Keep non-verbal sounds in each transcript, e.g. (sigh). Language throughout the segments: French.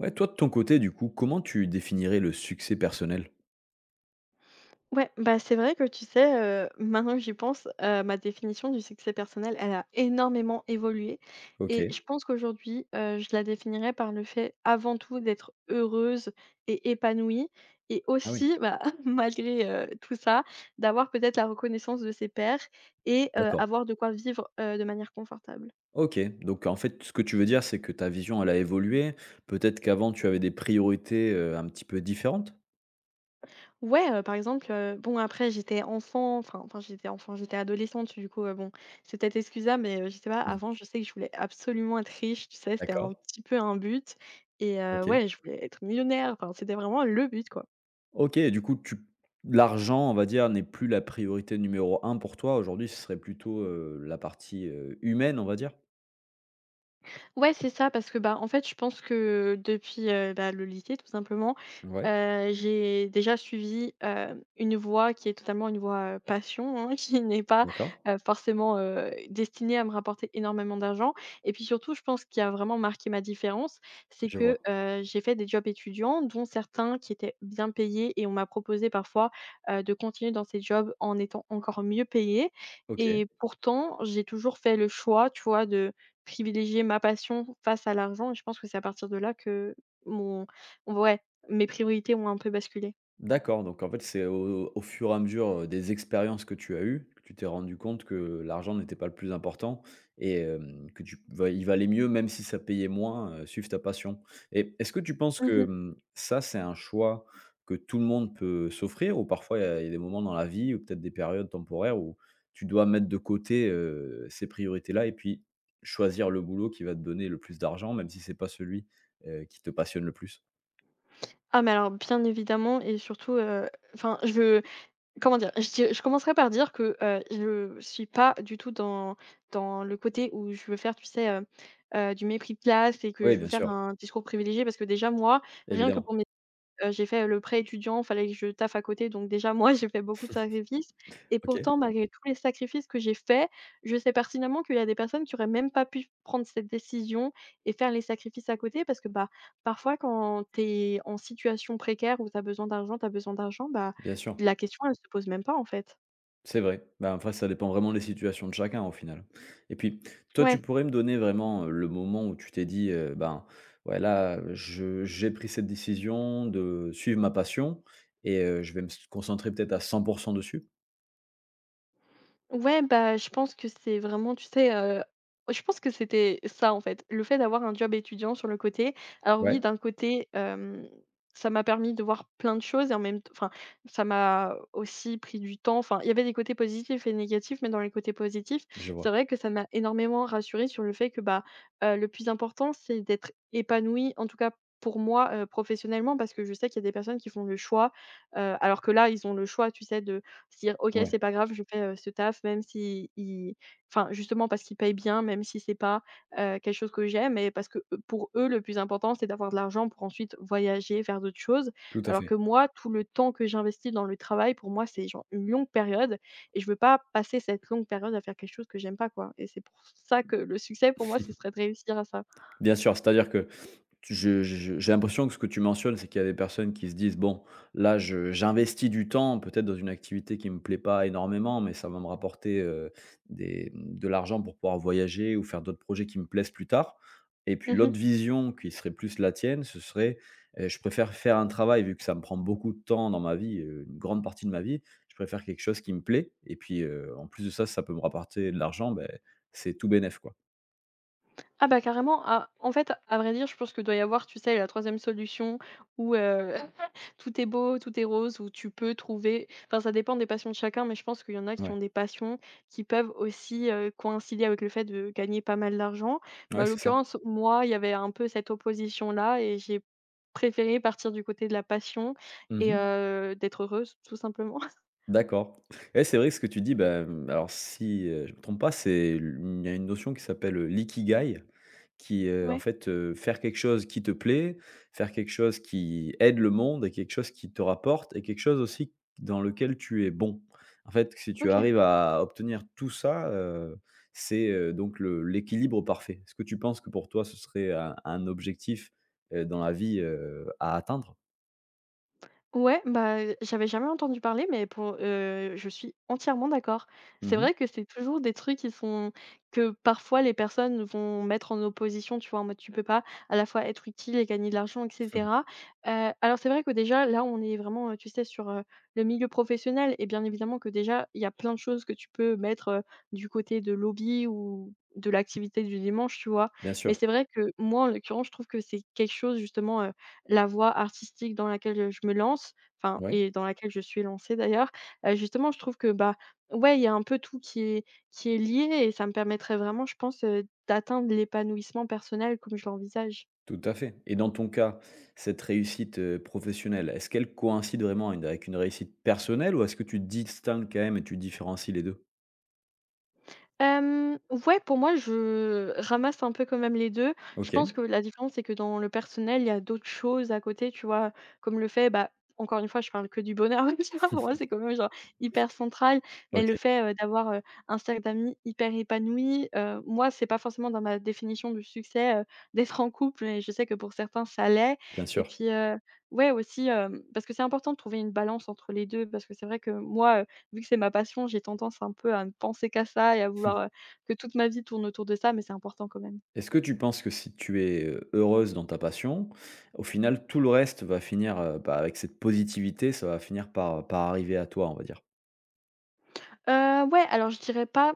Ouais, toi, de ton côté, du coup, comment tu définirais le succès personnel? Ouais, bah, c'est vrai que tu sais, maintenant que j'y pense, ma définition du succès personnel, elle a énormément évolué OK. et je pense qu'aujourd'hui, je la définirais par le fait avant tout d'être heureuse et épanouie et Ah oui, aussi, bah, (laughs) malgré, tout ça, d'avoir peut-être la reconnaissance de ses pairs et d'accord. avoir de quoi vivre, de manière confortable. OK, donc en fait, ce que tu veux dire, c'est que ta vision, elle a évolué. Peut-être qu'avant, tu avais des priorités, un petit peu différentes? Ouais, par exemple, bon après j'étais enfant, enfin j'étais enfant, j'étais adolescente du coup, bon, c'est peut-être excusable mais, je sais pas, Mmh. avant je sais que je voulais absolument être riche, tu sais? C'était D'accord, un petit peu un but et OK. ouais, je voulais être millionnaire, enfin c'était vraiment le but, quoi. OK, du coup, tu l'argent, on va dire, n'est plus la priorité numéro un pour toi. Aujourd'hui, ce serait plutôt, la partie, humaine, on va dire? Ouais, c'est ça parce que, bah, en fait, je pense que depuis, bah, le lycée tout simplement, Ouais, j'ai déjà suivi, une voie qui est totalement une voie, passion, hein, (laughs) qui n'est pas, d'accord, forcément, destinée à me rapporter énormément d'argent et puis surtout, je pense qu'il y a vraiment marqué ma différence, c'est je vois. que, j'ai fait des jobs étudiants dont certains qui étaient bien payés et on m'a proposé parfois, de continuer dans ces jobs en étant encore mieux payée OK. et pourtant j'ai toujours fait le choix, tu vois, de privilégier ma passion face à l'argent et je pense que c'est à partir de là que mon ouais, mes priorités ont un peu basculé. D'accord, donc en fait, c'est au au fur et à mesure, des expériences que tu as eues, que tu t'es rendu compte que l'argent n'était pas le plus important et hem, que tu va il valait mieux, même si ça payait moins, suivre ta passion et est-ce que tu penses que, Mmh. mmh, ça, c'est un choix que tout le monde peut s'offrir ou parfois il y a des moments dans la vie ou peut-être des périodes temporaires où tu dois mettre de côté, ces priorités-là et puis choisir le boulot qui va te donner le plus d'argent, même si c'est pas celui, qui te passionne le plus? Ah mais alors bien évidemment et surtout, enfin je veux comment dire? Je commencerai par dire que, je suis pas du tout dans le côté où je veux faire, tu sais, du mépris de classe et que Oui, je veux bien faire sûr, un discours privilégié parce que déjà moi, rien que évidemment. pour j'ai fait le prêt étudiant, fallait que je taffe à côté, donc déjà moi (laughs) j'ai fait beaucoup de sacrifices et OK, pourtant malgré tous les sacrifices que j'ai faits, je sais pertinemment qu'il y a des personnes qui auraient même pas pu prendre cette décision et faire les sacrifices à côté parce que, bah, parfois quand tu es en situation précaire où tu as besoin d'argent, tu as besoin d'argent, bah, bien sûr. la question elle se pose même pas en fait. C'est vrai. Bah, après, ça dépend vraiment des situations de chacun au final. Et puis, toi, Ouais. tu pourrais me donner vraiment, le moment où tu t'es dit, «Ben, ouais, là, je j'ai pris cette décision de suivre ma passion et je vais me s concentrer peut-être à 100% dessus»? Ouais, bah, je pense que c'est vraiment, tu sais, je pense que c'était ça, en fait, le fait d'avoir un job étudiant sur le côté. Alors Ouais. oui, d'un côté, ça m'a permis de voir plein de choses et en même t enfin, ça m'a aussi pris du temps. Enfin, il y avait des côtés positifs et négatifs, mais dans les côtés positifs, Je c'est vois. vrai que ça m'a énormément rassurée sur le fait que, bah, le plus important, c'est d'être épanoui en tout cas pour moi, professionnellement, parce que je sais qu'il y a des personnes qui font le choix, alors que là, ils ont le choix, tu sais, de se dire: «OK, Ouais, c'est pas grave, je fais, ce taf même si il» enfin, justement parce qu'il paye bien, même si c'est pas, quelque chose que j'aime et parce que, pour eux, le plus important, c'est d'avoir de l'argent pour ensuite voyager, faire d'autres choses. tout à Alors que fait. moi, tout le temps que j'investis dans le travail, pour moi, c'est genre une longue période et je veux pas passer cette longue période à faire quelque chose que j'aime pas, quoi et c'est pour ça que le succès, pour moi, ce serait de réussir à ça. Bien sûr, c'est-à-dire que je j'ai l'impression que ce que tu mentionnes, c'est qu'il y a des personnes qui se disent: «Bon, là, je j'investis du temps, peut-être dans une activité qui ne me plaît pas énormément, mais ça va me rapporter, des de l'argent pour pouvoir voyager ou faire d'autres projets qui me plaisent plus tard» et puis Mmh. l'autre vision qui serait plus la tienne, ce serait, «Je préfère faire un travail vu que ça me prend beaucoup de temps dans ma vie, une grande partie de ma vie, je préfère quelque chose qui me plaît et puis, en plus de ça, si ça peut me rapporter de l'argent, Ben, c'est tout bénef, quoi». Ah bah carrément, ah, en fait, à vrai dire, je pense que doit y avoir, tu sais, la troisième solution où, (laughs) tout est beau, tout est rose, où tu peux trouver enfin ça dépend des passions de chacun, mais je pense qu'il y en a qui Ouais, ont des passions qui peuvent aussi, coïncider avec le fait de gagner pas mal d'argent. Mais ouais, en c'est ça. l'occurrence, moi, il y avait un peu cette opposition-là et j'ai préféré partir du côté de la passion et Mmh. D'être heureuse tout simplement. (laughs) D'accord. Ouais, c'est vrai que ce que tu dis, Ben alors si, je ne me trompe pas, c'est il y a une notion qui s'appelle, l'ikigai, qui, en Ouais, fait, faire quelque chose qui te plaît, faire quelque chose qui aide le monde et quelque chose qui te rapporte et quelque chose aussi dans lequel tu es bon. En fait, si tu OK. arrives à obtenir tout ça, c'est, donc le l'équilibre parfait. Est-ce que tu penses que pour toi, ce serait un objectif, dans la vie, à atteindre? Ouais, bah, j'avais jamais entendu parler, mais pour je suis entièrement d'accord. C'est Mmh. vrai que c'est toujours des trucs qui sont que parfois les personnes vont mettre en opposition, tu vois? En mode tu peux pas à la fois être utile et gagner de l'argent et cetera. (laughs) Alors c'est vrai que déjà là, on est vraiment, tu sais sur, le milieu professionnel et bien évidemment que déjà il y a plein de choses que tu peux mettre, du côté de lobby ou de l'activité du dimanche, tu vois? Bien Mais sûr, c'est vrai que moi, en l'occurrence, je trouve que c'est quelque chose justement, la voie artistique dans laquelle, je me lance, enfin ouais. et dans laquelle je suis lancée d'ailleurs, justement, je trouve que, bah, ouais, il y a un peu tout qui est lié et ça me permettrait vraiment, je pense, d'atteindre l'épanouissement personnel comme je l'envisage. Tout à fait et dans ton cas, cette réussite, professionnelle, est-ce qu'elle coïncide vraiment une avec une réussite personnelle ou est-ce que tu distingues quand même et tu différencies les deux? Hem, ouais, pour moi, je ramasse un peu quand même les 2. Je pense OK, que la différence, c'est que dans le personnel, il y a d'autres choses à côté, tu vois? Comme le fait, bah, encore une fois, je parle que du bonheur, (laughs) tu vois? Pour moi, c'est quand même, genre, hyper central. Mais OK, le fait, d'avoir, un cercle d'amis hyper épanoui, moi, c'est pas forcément dans ma définition du succès, d'être en couple et je sais que pour certains, ça l'est. bien Et sûr. puis, ouais, aussi, parce que c'est important de trouver une balance entre les 2, parce que c'est vrai que moi, vu que c'est ma passion, j'ai tendance un peu à ne penser qu'à ça et à vouloir, que toute ma vie tourne autour de ça, mais c'est important quand même. Est-ce que tu penses que si tu es, heureuse dans ta passion, au final tout le reste va finir, bah, avec cette positivité, ça va finir par arriver à toi, on va dire? Ouais, alors je dirais pas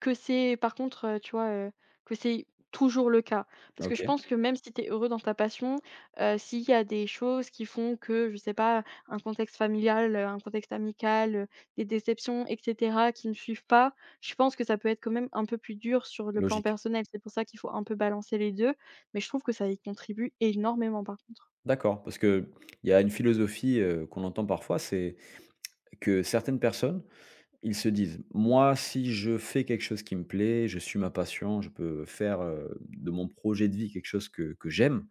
que c'est par contre, tu vois, que c'est toujours le cas. Parce que je OK, pense que même si tu es heureux dans ta passion, s'il y a des choses qui font que, je sais pas, un contexte familial, un contexte amical, des déceptions et cetera qui ne suivent pas, je pense que ça peut être quand même un peu plus dur sur le plan logique. personnel. C'est pour ça qu'il faut un peu balancer les 2, mais je trouve que ça y contribue énormément par contre. D'accord, parce que il y a une philosophie, qu'on entend parfois, c'est que certaines personnes ils se disent: «Moi, si je fais quelque chose qui me plaît, je suis ma passion, je peux faire, de mon projet de vie quelque chose que j'aime».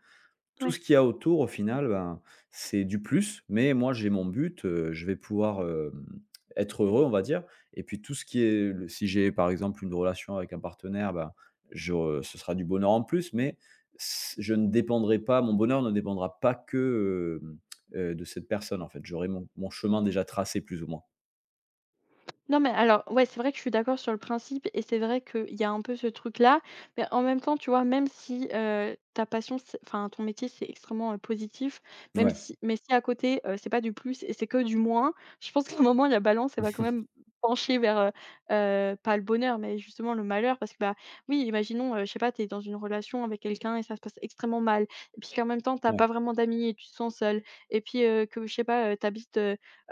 Tout ce Ouais. qu'il y a autour, au final, ben, c'est du plus, mais moi, j'ai mon but, je vais pouvoir, hem, être heureux, on va dire et puis tout ce qui est le si j'ai, par exemple, une relation avec un partenaire, ben, je ce sera du bonheur en plus, mais c je ne dépendrai pas mon bonheur ne dépendra pas que, hem, de cette personne, en fait. J'aurai mon chemin déjà tracé plus ou moins. Non, mais alors, ouais, c'est vrai que je suis d'accord sur le principe et c'est vrai qu'il y a un peu ce truc-là. Mais en même temps, tu vois, même si ta passion, enfin, ton métier, c'est extrêmement positif, même Ouais, si, mais si à côté, c'est pas du plus et c'est que du moins, je pense (laughs) qu'à un moment, la balance, elle va quand même pencher vers, pas le bonheur, mais justement le malheur. Parce que, bah, oui, imaginons, je sais pas, t'es dans une relation avec quelqu'un et ça se passe extrêmement mal. Et puis qu'en même temps, t'as ouais, pas vraiment d'amis et tu te sens seul. Et puis que, je sais pas, tu t'habites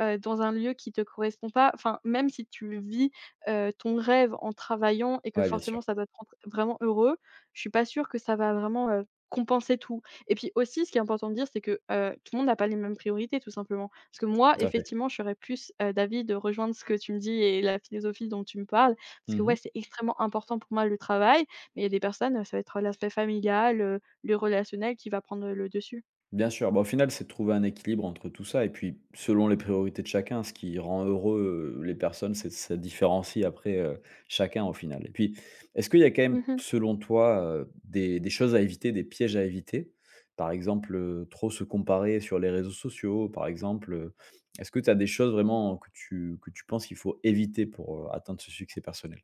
dans un lieu qui te correspond pas, enfin, même si tu vis, ton rêve en travaillant et que ouais, bien sûr. forcément ça doit te rendre vraiment heureux, je suis pas sûre que ça va vraiment, compenser tout et puis aussi, ce qui est important de dire, c'est que, tout le monde n'a pas les mêmes priorités, tout simplement. Parce que moi, Tout à fait. effectivement, je serais plus, d'avis de rejoindre ce que tu me dis et la philosophie dont tu me parles parce que, Mmh. ouais, c'est extrêmement important pour moi le travail, mais il y a des personnes, ça va être l'aspect familial, le relationnel qui va prendre le dessus. Bien sûr, bah, au final, c'est de trouver un équilibre entre tout ça et puis selon les priorités de chacun, ce qui rend heureux, les personnes, c'est ça différencie après, chacun au final et puis, est-ce qu'il y a quand même Mmh. selon toi, des choses à éviter, des pièges à éviter? Par exemple, trop se comparer sur les réseaux sociaux, par exemple, est-ce que tu as des choses vraiment que tu penses qu'il faut éviter pour, atteindre ce succès personnel?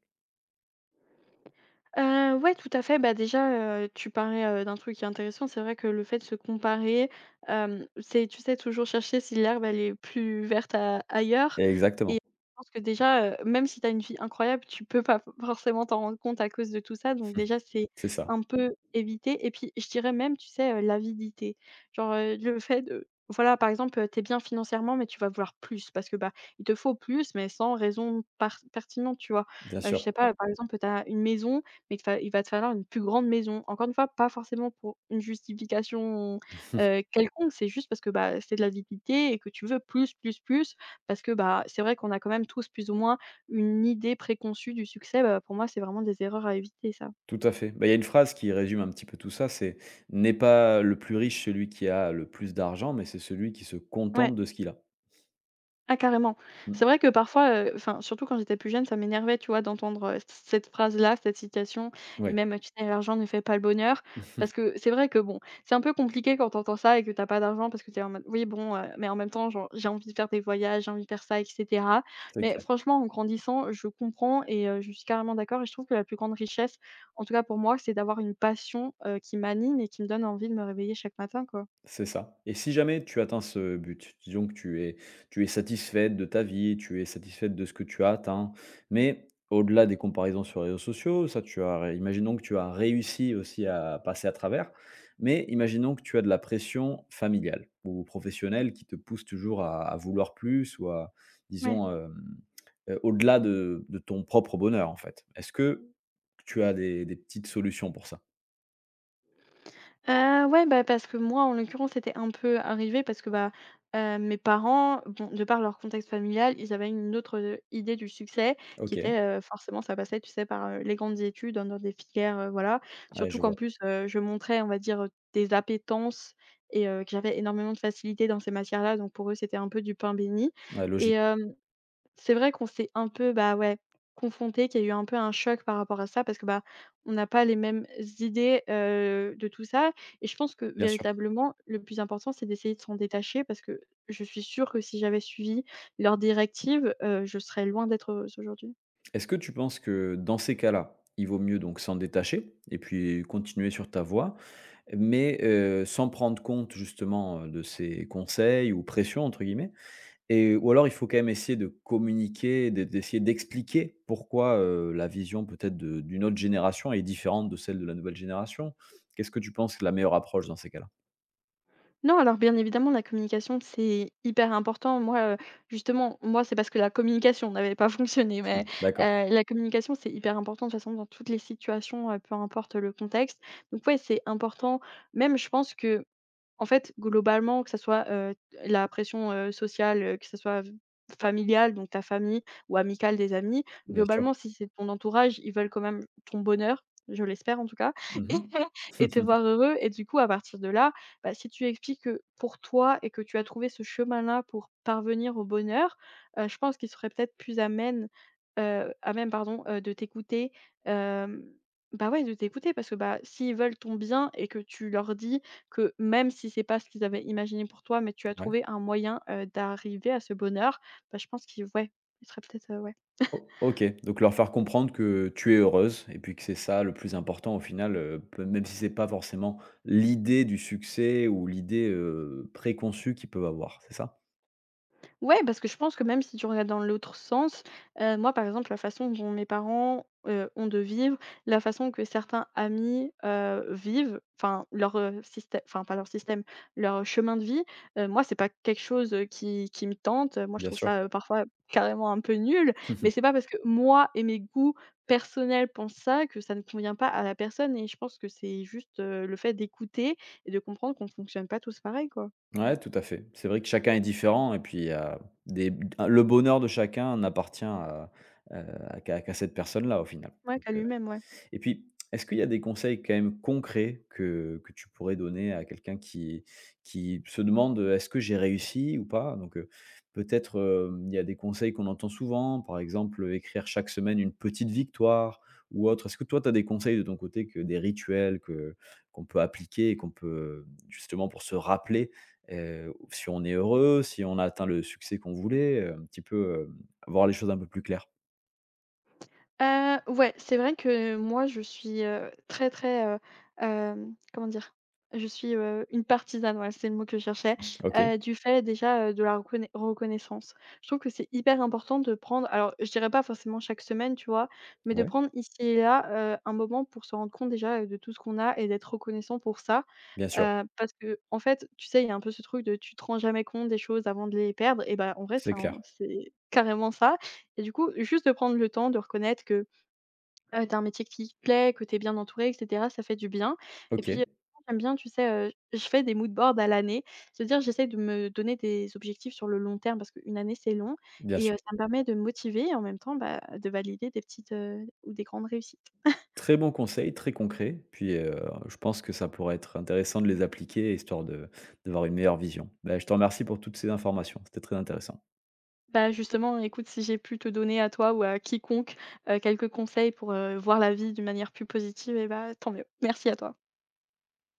Ouais, tout à fait. Bah, déjà, tu parlais, d'un truc qui est intéressant. C'est vrai que le fait de se comparer, c'est, tu sais, toujours chercher si l'herbe, elle est plus verte a ailleurs et je Exactement. pense que déjà, même si tu as une vie incroyable, tu peux pas forcément t'en rendre compte à cause de tout ça. Donc (laughs) déjà, c'est C'est ça, un peu éviter et puis je dirais même, tu sais, l'avidité. Genre, le fait de voilà, par exemple, tu es bien financièrement, mais tu vas vouloir plus parce que, bah, il te faut plus, mais sans raison par pertinente, tu vois? bien Je sûr. sais pas, par exemple, tu as une maison mais il va te falloir une plus grande maison. Encore une fois, pas forcément pour une justification, (laughs) quelconque, c'est juste parce que, bah, c'est de la l'avidité et que tu veux plus, plus, plus parce que, bah, c'est vrai qu'on a quand même tous plus ou moins une idée préconçue du succès. Bah, pour moi, c'est vraiment des erreurs à éviter, ça. Tout à fait. Bah, il y a une phrase qui résume un petit peu tout ça, c'est: «N'est pas le plus riche celui qui a le plus d'argent, mais c'est celui qui se Ouais. contente de ce qu'il a». Ah carrément. Mmh, C'est vrai que parfois, enfin, surtout quand j'étais plus jeune, ça m'énervait, tu vois, d'entendre, c cette phrase-là, cette citation et ouais, même, tu sais: «L'argent ne fait pas le bonheur». Parce (laughs) que c'est vrai que bon, c'est un peu compliqué quand t'entends ça et que t'as pas d'argent parce que t'es en mode: «Oui bon, mais en même temps, genre, j'ai envie de faire des voyages, j'ai envie de faire ça et cetera». c'est Mais clair. franchement, en grandissant, je comprends et je suis carrément d'accord et je trouve que la plus grande richesse, en tout cas pour moi, c'est d'avoir une passion, qui m'anime et qui me donne envie de me réveiller chaque matin, quoi. C'est ça et si jamais tu atteins ce but, disons que tu es satisfaite de ta vie, tu es satisfaite de ce que tu as atteint, mais au-delà des comparaisons sur les réseaux sociaux, ça tu as ré imaginons que tu as réussi aussi à passer à travers, mais imaginons que tu as de la pression familiale ou professionnelle qui te pousse toujours à vouloir plus ou à Ouais. disons, hem, au-delà de ton propre bonheur, en fait. Est-ce que tu as des petites solutions pour ça? Ouais, bah, parce que moi, en l'occurrence, c'était un peu arrivé parce que, bah, mes parents, bon, de par leur contexte familial, ils avaient une autre, idée du succès qui OK, était, forcément ça passait, tu sais, par, les grandes études, dans des filières, voilà. ouais, Surtout je qu'en vois. plus, je montrais, on va dire, des appétences et que j'avais énormément de facilité dans ces matières-là, donc pour eux, c'était un peu du pain béni Ouais, et logique, c'est vrai qu'on s'est un peu, bah, ouais, confronté, qu'il y a eu un peu un choc par rapport à ça parce que, bah, on n'a pas les mêmes idées, de tout ça et je pense que bien sûr. véritablement le plus important, c'est d'essayer de s'en détacher parce que je suis sûre que si j'avais suivi leurs directives, je serais loin d'être heureuse aujourd'hui. Est-ce que tu penses que dans ces cas-là, il vaut mieux donc s'en détacher et puis continuer sur ta voie, mais sans prendre compte justement, de ces conseils ou «pressions» entre guillemets et ou alors il faut quand même essayer de communiquer, d'essayer d'expliquer pourquoi, la vision peut-être de d'une autre génération est différente de celle de la nouvelle génération? Qu'est-ce que tu penses que la meilleure approche dans ces cas-là? Non, alors bien évidemment, la communication, c'est hyper important. Moi, justement, moi, c'est parce que la communication n'avait pas (laughs) fonctionné, Mmh, mais d'accord, la communication, c'est hyper important de toute façon dans toutes les situations, peu importe le contexte. Donc ouais, c'est important. Même je pense que en fait, globalement, que ça soit, la pression, sociale, que ça soit v familiale, donc ta famille ou amicale, des amis. bien sûr. Globalement, si c'est ton entourage, ils veulent quand même ton bonheur, je l'espère en tout cas (laughs) et Mmh. et te (laughs) voir heureux et du coup, à partir de là, bah, si tu expliques que pour toi et que tu as trouvé ce chemin-là pour parvenir au bonheur, je pense qu'ils seraient peut-être plus amènes, à même pardon, de t'écouter, hem, bah, ouais, de t'écouter parce que, bah, s'ils veulent ton bien et que tu leur dis que même si c'est pas ce qu'ils avaient imaginé pour toi, mais tu as Ouais. trouvé un moyen, d'arriver à ce bonheur, bah, je pense qu'il ouais, il serait peut-être, ouais. O OK, donc leur faire comprendre que tu es heureuse et puis que c'est ça le plus important au final, peu même si c'est pas forcément l'idée du succès ou l'idée, préconçue qu'ils peuvent avoir, c'est ça? Ouais, parce que je pense que même si tu regardes dans l'autre sens, moi, par exemple, la façon dont mes parents, ont de vivre, la façon que certains amis, vivent, enfin leur, système, enfin pas leur système, leur chemin de vie, moi, c'est pas quelque chose, qui me tente. Moi, je Bien trouve sûr. ça, parfois carrément un peu nul, mais c'est (laughs) pas parce que moi et mes goûts personnels pensent ça que ça ne convient pas à la personne et je pense que c'est juste, le fait d'écouter et de comprendre qu'on fonctionne pas tous pareil, quoi. Ouais, tout à fait. C'est vrai que chacun est différent et puis il des le bonheur de chacun n'appartient à, heu, qu'à cette personne-là au final. Ouais, qu'à lui-même, ouais. Et puis, est-ce qu'il y a des conseils quand même concrets que tu pourrais donner à quelqu'un qui se demande, «Est-ce que j'ai réussi ou pas?» donc, peut-être, hem, il y a des conseils qu'on entend souvent, par exemple, écrire chaque semaine une petite victoire ou autre. Est-ce que toi, tu as des conseils de ton côté que des rituels que qu'on peut appliquer et qu'on peut, justement pour se rappeler, si on est heureux, si on a atteint le succès qu'on voulait, un petit peu, hem, voir les choses un peu plus claires? Ouais, c'est vrai que moi je suis, très très, comment dire? Je suis, une partisane, voilà, c'est le mot que je cherchais, OK, du fait déjà, de la reconnaissance. Je trouve que c'est hyper important de prendre alors je dirais pas forcément chaque semaine, tu vois? Mais de ouais, prendre ici et là, un moment pour se rendre compte déjà, de tout ce qu'on a et d'être reconnaissant pour ça. bien sûr, Parce que, en fait, tu sais, il y a un peu ce truc de tu te rends jamais compte des choses avant de les perdre et bah, en vrai, c'est clair. C'est carrément ça et du coup, juste de prendre le temps de reconnaître que tu un métier qui te plaît, que t'es bien entouré et cetera, ça fait du bien et OK. puis, j'aime bien, tu sais, je fais des mood boards à l'année. C'est-à-dire, j'essaie de me donner des objectifs sur le long terme parce qu'une année, c'est long Bien et sûr. ça me permet de me motiver et en même temps, bah, de valider des petites, ou des grandes réussites. (laughs) Très bon conseil, très concret. Puis, je pense que ça pourrait être intéressant de les appliquer, histoire de d'avoir une meilleure vision. Bah, je te remercie pour toutes ces informations, c'était très intéressant. Bah, justement, écoute, si j'ai pu te donner à toi ou à quiconque, quelques conseils pour, voir la vie d'une manière plus positive et bah, tant mieux. Merci à toi.